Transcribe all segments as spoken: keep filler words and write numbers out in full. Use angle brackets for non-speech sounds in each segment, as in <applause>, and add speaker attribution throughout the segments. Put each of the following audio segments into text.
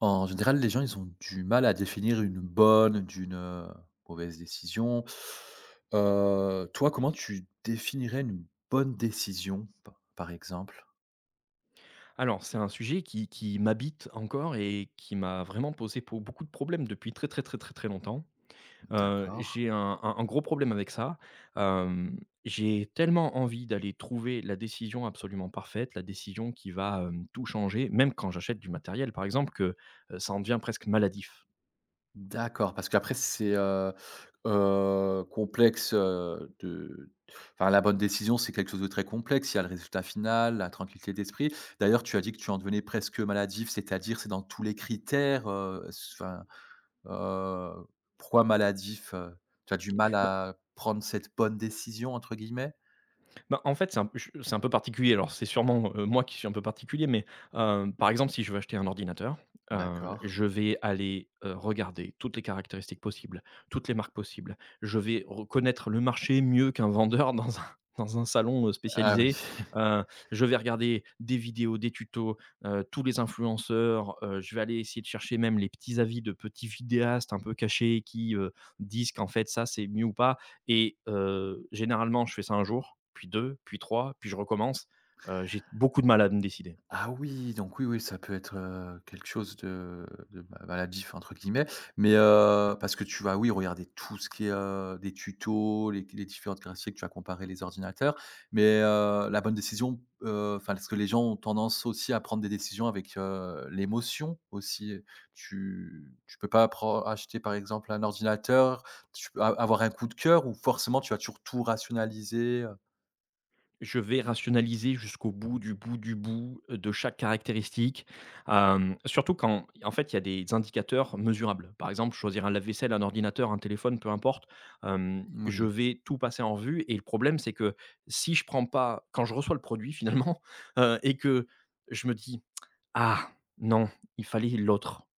Speaker 1: En général, les gens, ils ont du mal à définir une bonne d'une, heu, mauvaise décision. Heu, toi, comment tu définirais une bonne décision, p par exemple?
Speaker 2: Alors, c'est un sujet qui qui m'habite encore et qui m'a vraiment posé pour beaucoup de problèmes depuis très, très, très, très, très longtemps. Heu,
Speaker 1: D'accord.
Speaker 2: j'ai un un un gros problème avec ça. Hem, j'ai tellement envie d'aller trouver la décision absolument parfaite, la décision qui va, hem, tout changer, même quand j'achète du matériel, par exemple, que, heu, ça en devient presque maladif.
Speaker 1: D'accord, parce qu'après c'est, heu heu, complexe, heu, de enfin la bonne décision, c'est quelque chose de très complexe. Il y a le résultat final, la tranquillité d'esprit. D'ailleurs, tu as dit que tu en devenais presque maladif, c'est-à-dire, c'est dans tous les critères, heu, s enfin Heu, pourquoi maladif, heu? Tu as du mal à prendre cette «bonne décision» entre guillemets?
Speaker 2: Bah, en fait, c'est un peu ch c'est un peu particulier. Alors, c'est sûrement, heu, moi qui suis un peu particulier, mais, heu, par exemple, si je veux acheter un ordinateur, heu,
Speaker 1: D'accord.
Speaker 2: je vais aller, heu, regarder toutes les caractéristiques possibles, toutes les marques possibles. Je vais re connaître le marché mieux qu'un vendeur dans un <laughs> dans un salon, heu,
Speaker 1: Ah oui.
Speaker 2: spécialisé. Heu, je vais regarder des vidéos, des tutos, heu, tous les influenceurs. Heu, je vais aller essayer de chercher même les petits avis de petits vidéastes un peu cachés qui, heu, disent qu'en fait ça, c'est mieux ou pas. Et heu, généralement, je fais ça un jour, puis deux, puis trois, puis je recommence. Heu, j'ai beaucoup de mal à me décider.
Speaker 1: Ah oui, donc oui, oui, ça peut être, heu, quelque chose de de ma «maladif» entre guillemets, mais heu, parce que tu vas, oui, regarder tout ce qui est, heu, des tutos, les les différentes graphiques, tu vas comparer les ordinateurs, mais heu, la bonne décision, heu, enfin, parce que les gens ont tendance aussi à prendre des décisions avec, heu, l'émotion aussi. Tu tu peux pas pren acheter, par exemple, un ordinateur, tu peux a avoir un coup de cœur ou forcément tu vas toujours tout rationaliser, heu,
Speaker 2: Je vais rationaliser jusqu'au bout du bout du bout, heu, de chaque caractéristique. Hem, surtout quand, en fait, il y a des indicateurs mesurables. Par exemple, choisir un lave-vaisselle, un ordinateur, un téléphone, peu importe. Hem, je vais tout passer en revue et le problème, c'est que si je prends pas quand je reçois le produit finalement, <laughs> heu et que je me dis: «Ah non, il fallait l'autre».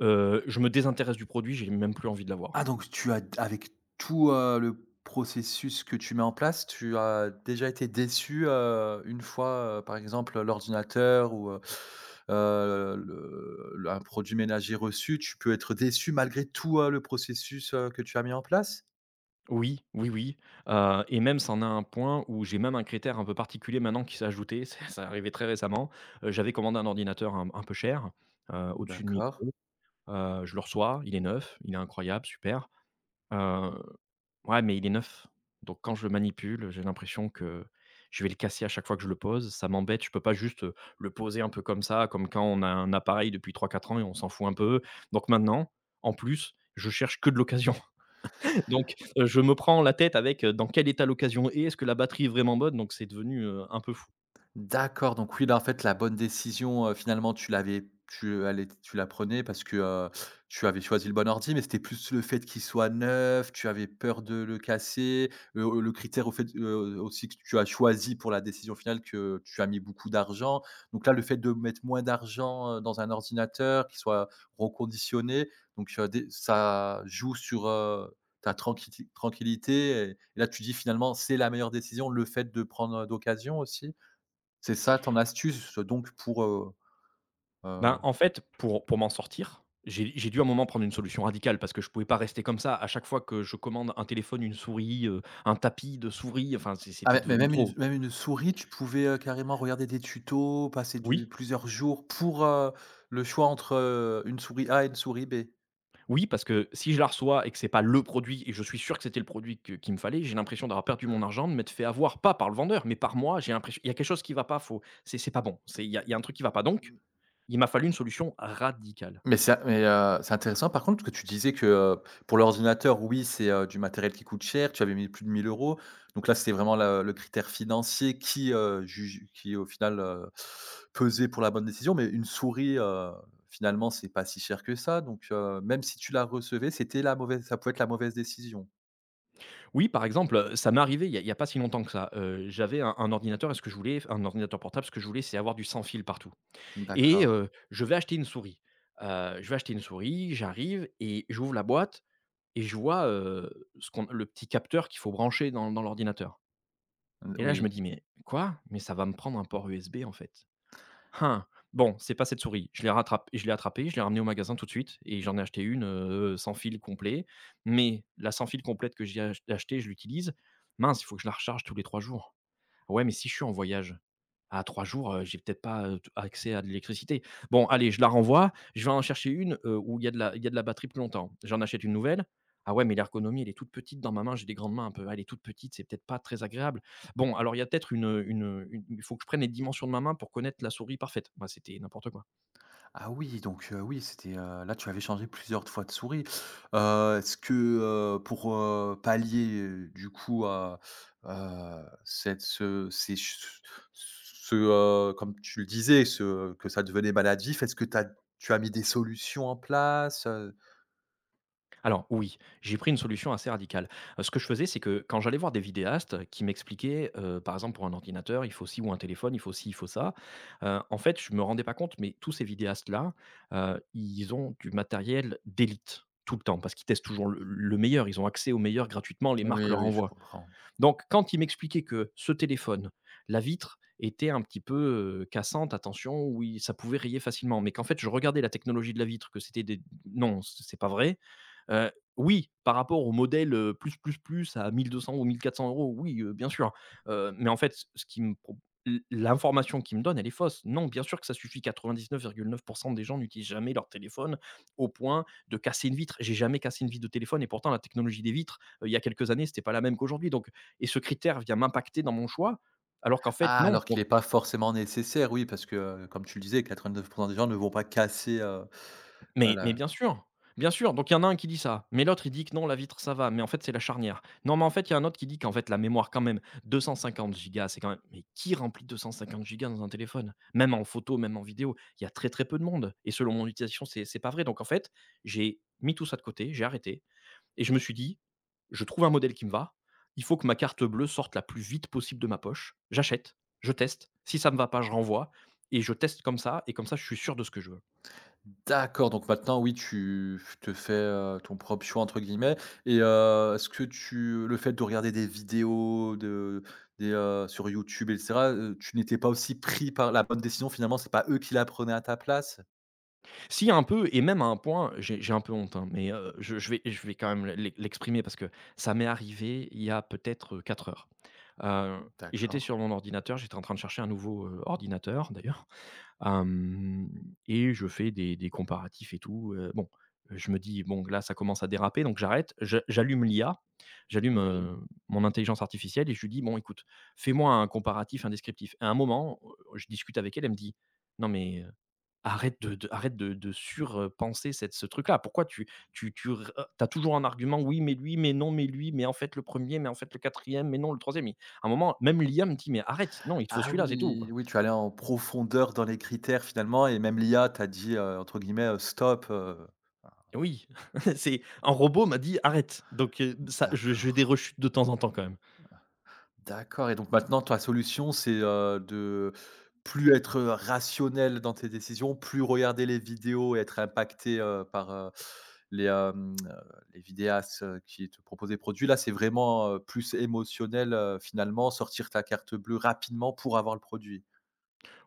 Speaker 2: Heu, je me désintéresse du produit, j'ai même plus envie de l'avoir.
Speaker 1: Ah donc tu as avec tout, heu, le processus que tu mets en place, tu as déjà été déçu, heu, une fois, heu, par exemple, l'ordinateur ou, heu heu, le le un produit ménager reçu, tu peux être déçu malgré tout, heu, le processus, heu, que tu as mis en place?
Speaker 2: Oui, oui, oui, heu et même ça a un point où j'ai même un critère un peu particulier maintenant qui s'est ajouté, <laughs> c'est ça arrivait très récemment. Heu, j'avais commandé un ordinateur un un peu cher, heu, au-dessus de mille
Speaker 1: D'accord.
Speaker 2: €. Heu, je le reçois, il est neuf, il est incroyable, super. Heu Ouais, mais il est neuf. Donc quand je le manipule, j'ai l'impression que je vais le casser à chaque fois que je le pose. Ça m'embête. Je peux pas juste, heu, le poser un peu comme ça, comme quand on a un appareil depuis trois quatre ans et on s'en fout un peu. Donc maintenant, en plus, je cherche que de l'occasion. <laughs> Donc, heu, je me prends la tête avec, heu, dans quel état l'occasion est? Est-ce que la batterie est vraiment bonne? Donc c'est devenu, heu, un peu fou.
Speaker 1: D'accord, donc oui, là, en fait, la bonne décision, heu, finalement, tu l'avais tu, allais, tu la prenais parce que, heu, tu avais choisi le bon ordi, mais c'était plus le fait qu'il soit neuf, tu avais peur de le casser, heu, le critère au fait, heu, aussi que tu as choisi pour la décision finale que tu as mis beaucoup d'argent. Donc là, le fait de mettre moins d'argent, heu, dans un ordinateur qui soit reconditionné, donc heu, dé ça joue sur, heu, ta tranquiti tranquillité et et là, tu dis finalement: «C'est la meilleure décision», le fait de prendre, heu, d'occasion aussi? C'est ça ton astuce donc pour, heu heu,
Speaker 2: Ben, en fait, pour pour m'en sortir, j'ai j'ai dû à un moment prendre une solution radicale parce que je pouvais pas rester comme ça. À chaque fois que je commande un téléphone, une souris, heu, un tapis de souris, enfin c'est
Speaker 1: ah
Speaker 2: c'était
Speaker 1: mais mais
Speaker 2: devenu
Speaker 1: même une
Speaker 2: trop.
Speaker 1: même une souris, tu pouvais, heu, carrément regarder des tutos, passer du
Speaker 2: Oui?
Speaker 1: plusieurs jours pour, heu, le choix entre, heu, une souris A et une souris B?
Speaker 2: Oui, parce que si je la reçois et que c'est pas le produit et je suis sûr que c'était le produit que qu'il me fallait, j'ai l'impression d'avoir perdu mon argent, de m'être fait avoir, pas par le vendeur, mais par moi. J'ai l'impression il y a quelque chose qui va pas, faut c'est c'est pas bon. C'est il y a il y a un truc qui va pas. Donc, il m'a fallu une solution radicale.
Speaker 1: Mais c'est mais, heu, c'est intéressant par contre que tu disais que, heu, pour l'ordinateur, oui, c'est, heu, du matériel qui coûte cher, tu avais mis plus de mille euros. Donc là, c'était vraiment la le critère financier qui, heu, juge qui au final, heu, pesait pour la bonne décision. Mais une souris, heu, finalement, c'est pas si cher que ça. Donc, heu, même si tu la recevais, c'était la mauvaise ça pouvait être la mauvaise décision?
Speaker 2: Oui, par exemple, heu, ça m'est arrivé il y a il y a pas si longtemps que ça. Heu, j'avais un un ordinateur et ce que je voulais, un ordinateur portable, ce que je voulais, c'est avoir du sans fil partout et
Speaker 1: D'accord.
Speaker 2: heu, je vais acheter une souris. Heu, je vais acheter une souris, j'arrive et j'ouvre la boîte et je vois, heu, ce qu'on le petit capteur qu'il faut brancher dans dans l'ordinateur.
Speaker 1: N
Speaker 2: Et là, je me
Speaker 1: oui.
Speaker 2: dis: «Mais quoi? Mais ça va me prendre un port U S B, en fait. Hein, bon, c'est pas cette souris». Je l'ai rattrapé, je l'ai attrapé, je l'ai ramené au magasin tout de suite et j'en ai acheté une, heu, sans fil complet. Mais la sans fil complète que j'ai ach achetée, je l'utilise. Mince, il faut que je la recharge tous les trois jours. Ouais, mais si je suis en voyage, à trois jours, heu, j'ai peut-être pas, heu, t accès à de l'électricité. Bon, allez, je la renvoie, je vais en chercher une, heu, où il y a de la il y a de la batterie plus longtemps. J'en achète une nouvelle. Ah ouais, mais l'ergonomie, elle est toute petite dans ma main, j'ai des grandes mains un peu. Ah, elle est toute petite, c'est peut-être pas très agréable. Bon, alors il y a peut-être une, une, une il faut que je prenne les dimensions de ma main pour connaître la souris parfaite. Moi, c'était n'importe quoi.
Speaker 1: Ah oui, donc heu, oui, c'était, heu, là, tu avais changé plusieurs fois de souris. Heu, est-ce que, heu, pour, heu, pallier, heu, du coup, à, heu, cette ce ces ch ce, heu, comme tu le disais, ce que ça devenait maladif, est-ce que tu as tu as mis des solutions en place, heu?
Speaker 2: Alors oui, j'ai pris une solution assez radicale. Heu, ce que je faisais, c'est que quand j'allais voir des vidéastes qui m'expliquaient, heu, par exemple pour un ordinateur, il faut ci ou un téléphone, il faut ci, il faut ça. Heu, en fait, je me rendais pas compte, mais tous ces vidéastes-là, heu, ils ont du matériel d'élite, tout le temps, parce qu'ils testent toujours le le meilleur. Ils ont accès au meilleur gratuitement, les marques
Speaker 1: Oui,
Speaker 2: leur
Speaker 1: oui, je
Speaker 2: envoient.
Speaker 1: comprends.
Speaker 2: Donc quand ils m'expliquaient que ce téléphone, la vitre était un petit peu, heu, cassante, attention, oui, ça pouvait rayer facilement, mais qu'en fait, je regardais la technologie de la vitre, que c'était des non, c'est pas vrai. Heu, oui, par rapport au modèle, heu, plus, plus, plus à mille deux cents ou mille quatre cents euros, oui, heu, bien sûr. Heu, mais en fait, ce ce qui me pro l l'information qu'il me donne, elle est fausse. Non, bien sûr que ça suffit, Quatre-vingt-dix-neuf neuf virgule neuf pour cent des gens n'utilisent jamais leur téléphone au point de casser une vitre. J'ai jamais cassé une vitre de téléphone et pourtant la technologie des vitres, heu, il y a quelques années, c'était pas la même qu'aujourd'hui donc et ce critère vient m'impacter dans mon choix alors qu'en fait
Speaker 1: Ah,
Speaker 2: non.
Speaker 1: alors qu'il est pas forcément nécessaire, oui, parce que, heu, comme tu le disais, quatre-vingt-neuf des gens ne vont pas casser, heu, heu,
Speaker 2: Mais mais
Speaker 1: la
Speaker 2: bien sûr, bien sûr, donc il y en a un qui dit ça, mais l'autre il dit que non la vitre ça va, mais en fait c'est la charnière. Non mais en fait il y a un autre qui dit qu'en fait la mémoire quand même 250 gigas c'est quand même mais qui remplit 250 gigas dans un téléphone? Même en photo, même en vidéo, il y a très, très peu de monde et selon mon utilisation c'est c'est pas vrai donc en fait, j'ai mis tout ça de côté, j'ai arrêté et je me suis dit: «Je trouve un modèle qui me va, il faut que ma carte bleue sorte la plus vite possible de ma poche, j'achète, je teste, si ça me va pas, je renvoie et je teste comme ça et comme ça je suis sûr de ce que je veux».
Speaker 1: D'accord, donc maintenant, oui, tu f te fais, heu, «ton propre choix» entre guillemets et heu, est-ce que tu le fait de regarder des vidéos de des, heu, sur YouTube et cetera, heu, tu n'étais pas aussi pris par la bonne décision finalement, c'est pas eux qui la prenaient à ta place?
Speaker 2: Si un peu et même à un point, j'ai j'ai un peu honte, hein, mais heu, je je vais je vais quand même l'e l'exprimer parce que ça m'est arrivé il y a peut-être, euh, quatre heures. Heu, j'étais
Speaker 1: D'accord,
Speaker 2: sur mon ordinateur, j'étais en train de chercher un nouveau, heu, ordinateur d'ailleurs, hem et je fais des des comparatifs et tout, heu, bon, je me dis: «Bon là, ça commence à déraper», donc j'arrête. Je j'allume l'I A, j'allume,
Speaker 1: oui.
Speaker 2: heu, mon intelligence artificielle et je lui dis: «Bon écoute, fais-moi un comparatif, un descriptif» à un moment, heu, je discute avec elle, elle me dit: «Non mais euh, arrête de de arrête de de surpenser cette ce truc-là. Pourquoi tu tu tu r as toujours un argument: «Oui, mais lui, mais non, mais lui, mais en fait le premier mais en fait le quatrième mais non le troisième e à un moment, même l'I A me dit: «Mais arrête, non, il te faut
Speaker 1: Ah
Speaker 2: celui-là, c'est tout,
Speaker 1: oui,
Speaker 2: quoi».
Speaker 1: oui, tu allais en profondeur dans les critères finalement et même l'I A t'a dit, heu, entre guillemets, heu: «Stop», heu,
Speaker 2: Et oui, <laughs> c'est un robot m'a dit: «Arrête», donc heu, ça je j'ai des
Speaker 1: d'accord.
Speaker 2: rechutes de temps en temps quand même.
Speaker 1: D'accord et donc maintenant ta solution, c'est, heu, de plus être, rationnel dans tes décisions, plus regarder les vidéos et être impacté, heu, par, heu, les, hem, heu, les vidéastes, heu, qui te proposent des produits. Là, c'est vraiment, heu, plus émotionnel, heu, finalement, sortir ta carte bleue rapidement pour avoir le produit?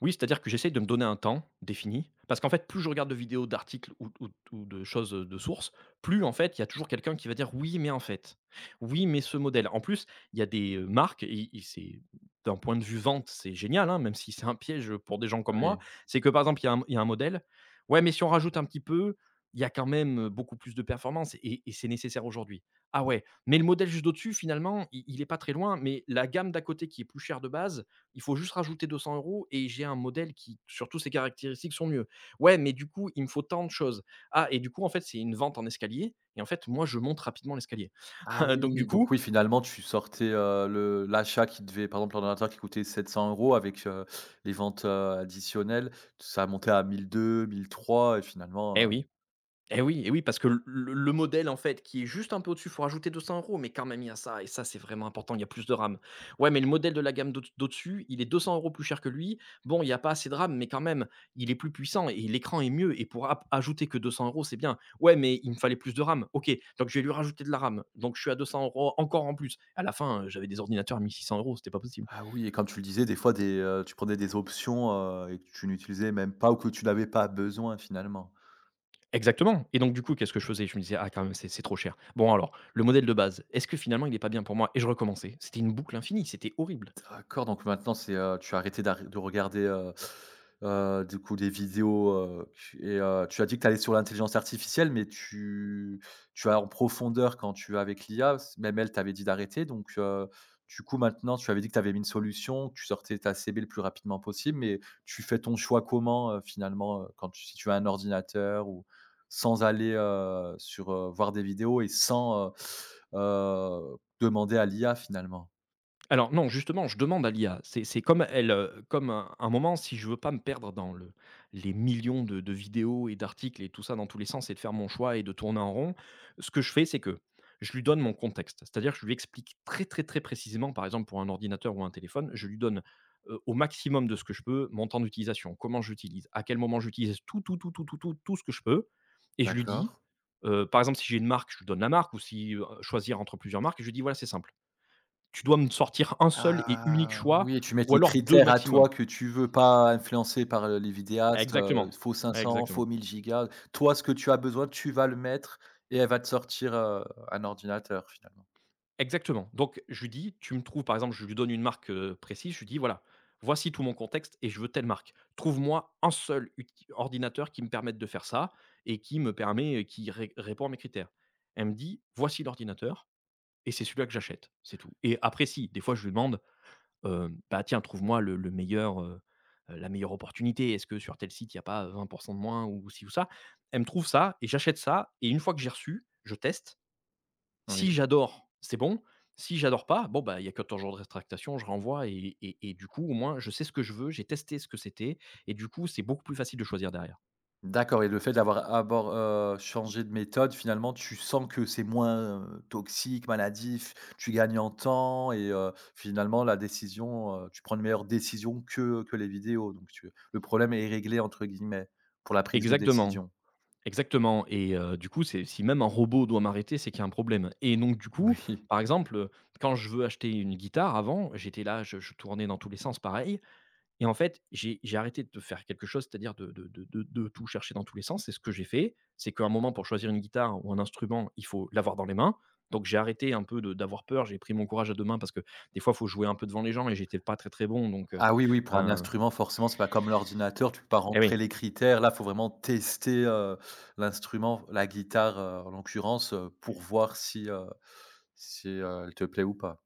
Speaker 2: Oui, c'est-à-dire que j'essaye de me donner un temps défini, parce qu'en fait, plus je regarde de vidéos, d'articles ou, ou- ou de choses euh, de sources, plus en fait, il y a toujours quelqu'un qui va dire oui, mais en fait, oui, mais ce modèle. En plus, il y a des euh, marques, et, et c'est d'un point de vue vente, c'est génial, hein, même si c'est un piège pour des gens comme moi.
Speaker 1: Oui.
Speaker 2: C'est que par exemple, il y, a un il y a un modèle, ouais, mais si on rajoute un petit peu, il y a quand même euh, beaucoup plus de performance et, et c'est nécessaire aujourd'hui. Ah ouais, mais le modèle juste au-dessus, finalement, il il est pas très loin, mais la gamme d'à côté qui est plus chère de base, il faut juste rajouter deux cents euros et j'ai un modèle qui, sur tous ses caractéristiques, sont mieux. Ouais, mais du coup, il me faut tant de choses. Ah, et du coup, en fait, c'est une vente en escalier. Et en fait, moi, je monte rapidement l'escalier.
Speaker 1: Ah
Speaker 2: <laughs> Donc, du
Speaker 1: oui, donc
Speaker 2: coup,
Speaker 1: oui, finalement, tu sortais, heu, le l'achat qui devait par exemple, l'ordinateur qui coûtait sept cents euros avec, heu, les ventes, heu, additionnelles, ça montait à mille deux, mille trois, et
Speaker 2: eh
Speaker 1: finalement,
Speaker 2: oui, Eh oui, eh oui, parce que le le le modèle, en fait, qui est juste un peu au-dessus, il faut rajouter deux cents euros, mais quand même, il y a ça et ça, c'est vraiment important, il y a plus de RAM. Ouais, mais le modèle de la gamme d'au d'au-dessus, il est deux cents euros plus cher que lui. Bon, il y a pas assez de RAM, mais quand même, il est plus puissant et l'écran est mieux et pour ap ajouter que deux cents euros, c'est bien. Ouais, mais il me fallait plus de RAM. OK, donc je vais lui rajouter de la RAM. Donc je suis à deux cents euros encore en plus. À la fin, heu, j'avais des ordinateurs à mille six cents €, c'était pas possible.
Speaker 1: Ah oui et comme tu le disais des fois des, heu, tu prenais des options, heu, et que tu n'utilisais même pas ou que tu n'avais pas besoin finalement.
Speaker 2: Exactement, et donc du coup, qu'est-ce que je faisais? Je me disais: «Ah quand même, c'est c'est trop cher. Bon alors, le modèle de base, est-ce que finalement il est pas bien pour moi?» Et je recommençais. C'était une boucle infinie, c'était horrible.
Speaker 1: D'accord, donc maintenant c'est, heu, tu as arrêté d'arr de regarder, heu heu, du coup des vidéos, heu, tu et heu, tu as dit que tu allais sur l'intelligence artificielle, mais tu tu as en profondeur quand tu es avec l'I A, s même elle t'avait dit d'arrêter donc heu, du coup maintenant tu avais dit que tu avais mis une solution, que tu sortais ta C B le plus rapidement possible, mais tu fais ton choix comment, heu, finalement, heu, quand tu si tu as un ordinateur ou sans aller, heu, sur, heu, voir des vidéos et sans, heu heu, demander à l'I A finalement?
Speaker 2: Alors non, justement, je demande à l'I A. C'est c'est comme elle, heu, comme un un moment, si je veux pas me perdre dans le les millions de de vidéos et d'articles et tout ça dans tous les sens et de faire mon choix et de tourner en rond, ce que je fais, c'est que je lui donne mon contexte. C'est-à-dire que je lui explique très, très, très précisément, par exemple pour un ordinateur ou un téléphone, je lui donne, heu, au maximum de ce que je peux, mon temps d'utilisation, comment j'utilise, à quel moment j'utilise tout, tout, tout, tout, tout, tout, tout ce que je peux et je lui
Speaker 1: D'accord.
Speaker 2: dis, heu, par exemple, si j'ai une marque, je lui donne la marque ou si, heu, choisir entre plusieurs marques, je lui dis: «Voilà, c'est simple. Tu dois me sortir un seul et unique
Speaker 1: Ah
Speaker 2: choix
Speaker 1: oui, tu mets
Speaker 2: ou
Speaker 1: les
Speaker 2: alors deux
Speaker 1: critères à toi
Speaker 2: maximum.
Speaker 1: que tu veux, pas influencés par, heu, les vidéastes, euh,
Speaker 2: Exactement,
Speaker 1: faux cinq cents, faux
Speaker 2: exactement,
Speaker 1: mille gigas. Toi, ce que tu as besoin, tu vas le mettre et elle va te sortir, heu, un ordinateur finalement.
Speaker 2: exactement. Donc je lui dis: «Tu me trouves», par exemple, je lui donne une marque, heu, précise, je lui dis: «Voilà, voici tout mon contexte et je veux telle marque. Trouve-moi un seul uti ordinateur qui me permette de faire ça et qui me permet, heu, qui ré répond à mes critères». Elle me dit: «Voici l'ordinateur et c'est celui-là que j'achète», c'est tout. Et après si, des fois je lui demande, Heu, bah, tiens, trouve-moi le le meilleur, heu, heu, la meilleure opportunité. Est-ce que sur tel site, il y a pas vingt de moins ou ci ou ça? Elle me trouve ça et j'achète ça et une fois que j'ai reçu, je teste. Si
Speaker 1: Oui.
Speaker 2: j'adore, c'est bon. Si j'adore pas, bon, bah, il y a quatorze jours de rétractation, je renvoie et et et du coup, au moins, je sais ce que je veux, j'ai testé ce que c'était et du coup, c'est beaucoup plus facile de choisir derrière.
Speaker 1: D'accord et le fait d'avoir abord heu, changé de méthode, finalement, tu sens que c'est moins, heu, toxique, maladif, tu gagnes en temps et heu, finalement, la décision, heu, tu prends une meilleure décision que que les vidéos, donc tu le «problème est réglé» entre guillemets, pour la prise de
Speaker 2: Exactement.
Speaker 1: décision.
Speaker 2: Exactement et heu, du coup, c'est si même un robot doit m'arrêter, c'est qu'il y a un problème et donc du coup,
Speaker 1: Oui.
Speaker 2: par exemple, heu, quand je veux acheter une guitare avant, j'étais là, je je tournais dans tous les sens pareil et en fait, j'ai j'ai arrêté de faire quelque chose, c'est-à-dire de de de de de tout chercher dans tous les sens, c'est ce que j'ai fait, c'est qu'à un moment pour choisir une guitare ou un instrument, il faut l'avoir dans les mains, donc j'ai arrêté un peu de d'avoir peur, j'ai pris mon courage à deux mains parce que des fois, il faut jouer un peu devant les gens et j'étais pas très, très bon, donc heu,
Speaker 1: Ah oui, oui, pour un
Speaker 2: heu
Speaker 1: instrument, forcément, c'est pas comme l'ordinateur, tu peux pas
Speaker 2: et oui.
Speaker 1: rentrer les critères. Là, faut vraiment tester, heu, l'instrument, la guitare, heu, en l'occurrence, heu, pour voir si, heu si, heu, elle te plaît ou pas.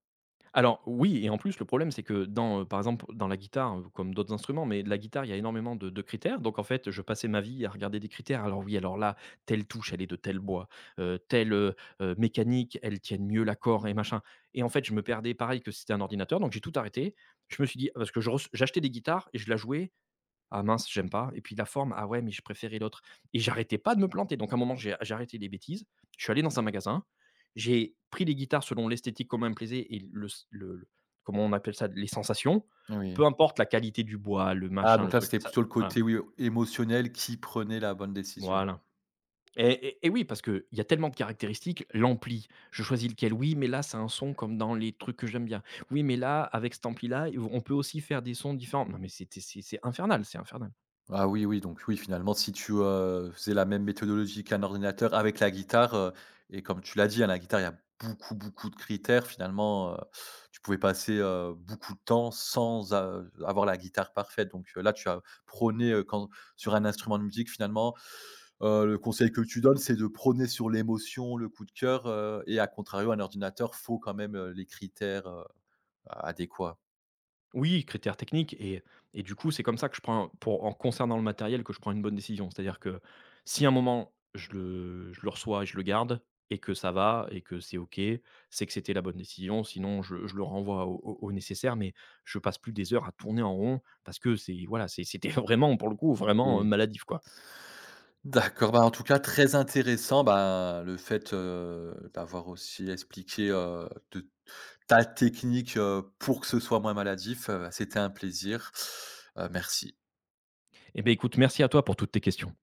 Speaker 2: Alors oui et en plus, le problème, c'est que dans, heu, par exemple, dans la guitare, heu, comme d'autres instruments, mais la guitare, il y a énormément de de critères. Donc en fait, je passais ma vie à regarder des critères. Alors oui, alors là, telle touche, elle est de tel bois, heu, telle, heu heu, mécanique, elle tienne mieux l'accord et machin. Et en fait, je me perdais pareil que si c'était un ordinateur, donc j'ai tout arrêté. Je me suis dit, parce que je res j'achetais des guitares et je la jouais, ah mince, j'aime pas et puis la forme, ah ouais, mais je préférais l'autre et j'arrêtais pas de me planter, donc à un moment j'ai j'ai arrêté les bêtises, je suis allé dans un magasin, j'ai pris les guitares selon l'esthétique, comment elle me plaisait et le s le le comment on appelle ça? Les sensations,
Speaker 1: Oui.
Speaker 2: peu importe la qualité du bois, le
Speaker 1: Ah
Speaker 2: machin,
Speaker 1: donc
Speaker 2: le
Speaker 1: là,
Speaker 2: truc,
Speaker 1: c'était
Speaker 2: ça
Speaker 1: plutôt le
Speaker 2: voilà,
Speaker 1: côté, oui, émotionnel qui prenait la bonne décision.
Speaker 2: voilà et et et oui, parce qu'il y a tellement de caractéristiques, l'ampli, je choisis lequel? Oui, mais là, c'est un son comme dans les trucs que j'aime bien. Oui, mais là, avec cet ampli là, on peut aussi faire des sons différents. Non mais c'était c'est c'est infernal, c'est infernal.
Speaker 1: Ah oui, oui, donc oui, finalement, si tu, heu, faisais la même méthodologie qu'un ordinateur avec la guitare, heu et comme tu l'as dit, hein, la guitare, il y a beaucoup, beaucoup de critères. Finalement, heu, tu pouvais passer, heu, beaucoup de temps sans a avoir la guitare parfaite. Donc heu, là, tu as prôné, heu, quand sur un instrument de musique, finalement, heu, le conseil que tu donnes, c'est de prôner sur l'émotion, le coup de cœur, heu et à contrario, un ordinateur, faut quand même, heu, les critères, heu, adéquats.
Speaker 2: Oui, critères techniques et et du coup, c'est comme ça que je prends pour en concernant le matériel que je prends une bonne décision. C'est-à-dire que si à un moment je le je le reçois et je le garde et que ça va et que c'est OK, c'est que c'était la bonne décision. Sinon, je je le renvoie au au au nécessaire, mais je passe plus des heures à tourner en rond parce que c'est voilà, c'est c'était <laughs> vraiment pour le coup, vraiment, heu,
Speaker 1: Oui.
Speaker 2: maladif, quoi.
Speaker 1: D'accord, bah, en tout cas très intéressant, bah, le fait, heu, d'avoir aussi expliqué, heu, de ta technique, heu, pour que ce soit moins maladif, heu, c'était un plaisir, heu, merci.
Speaker 2: Eh bien, écoute, merci à toi pour toutes tes questions.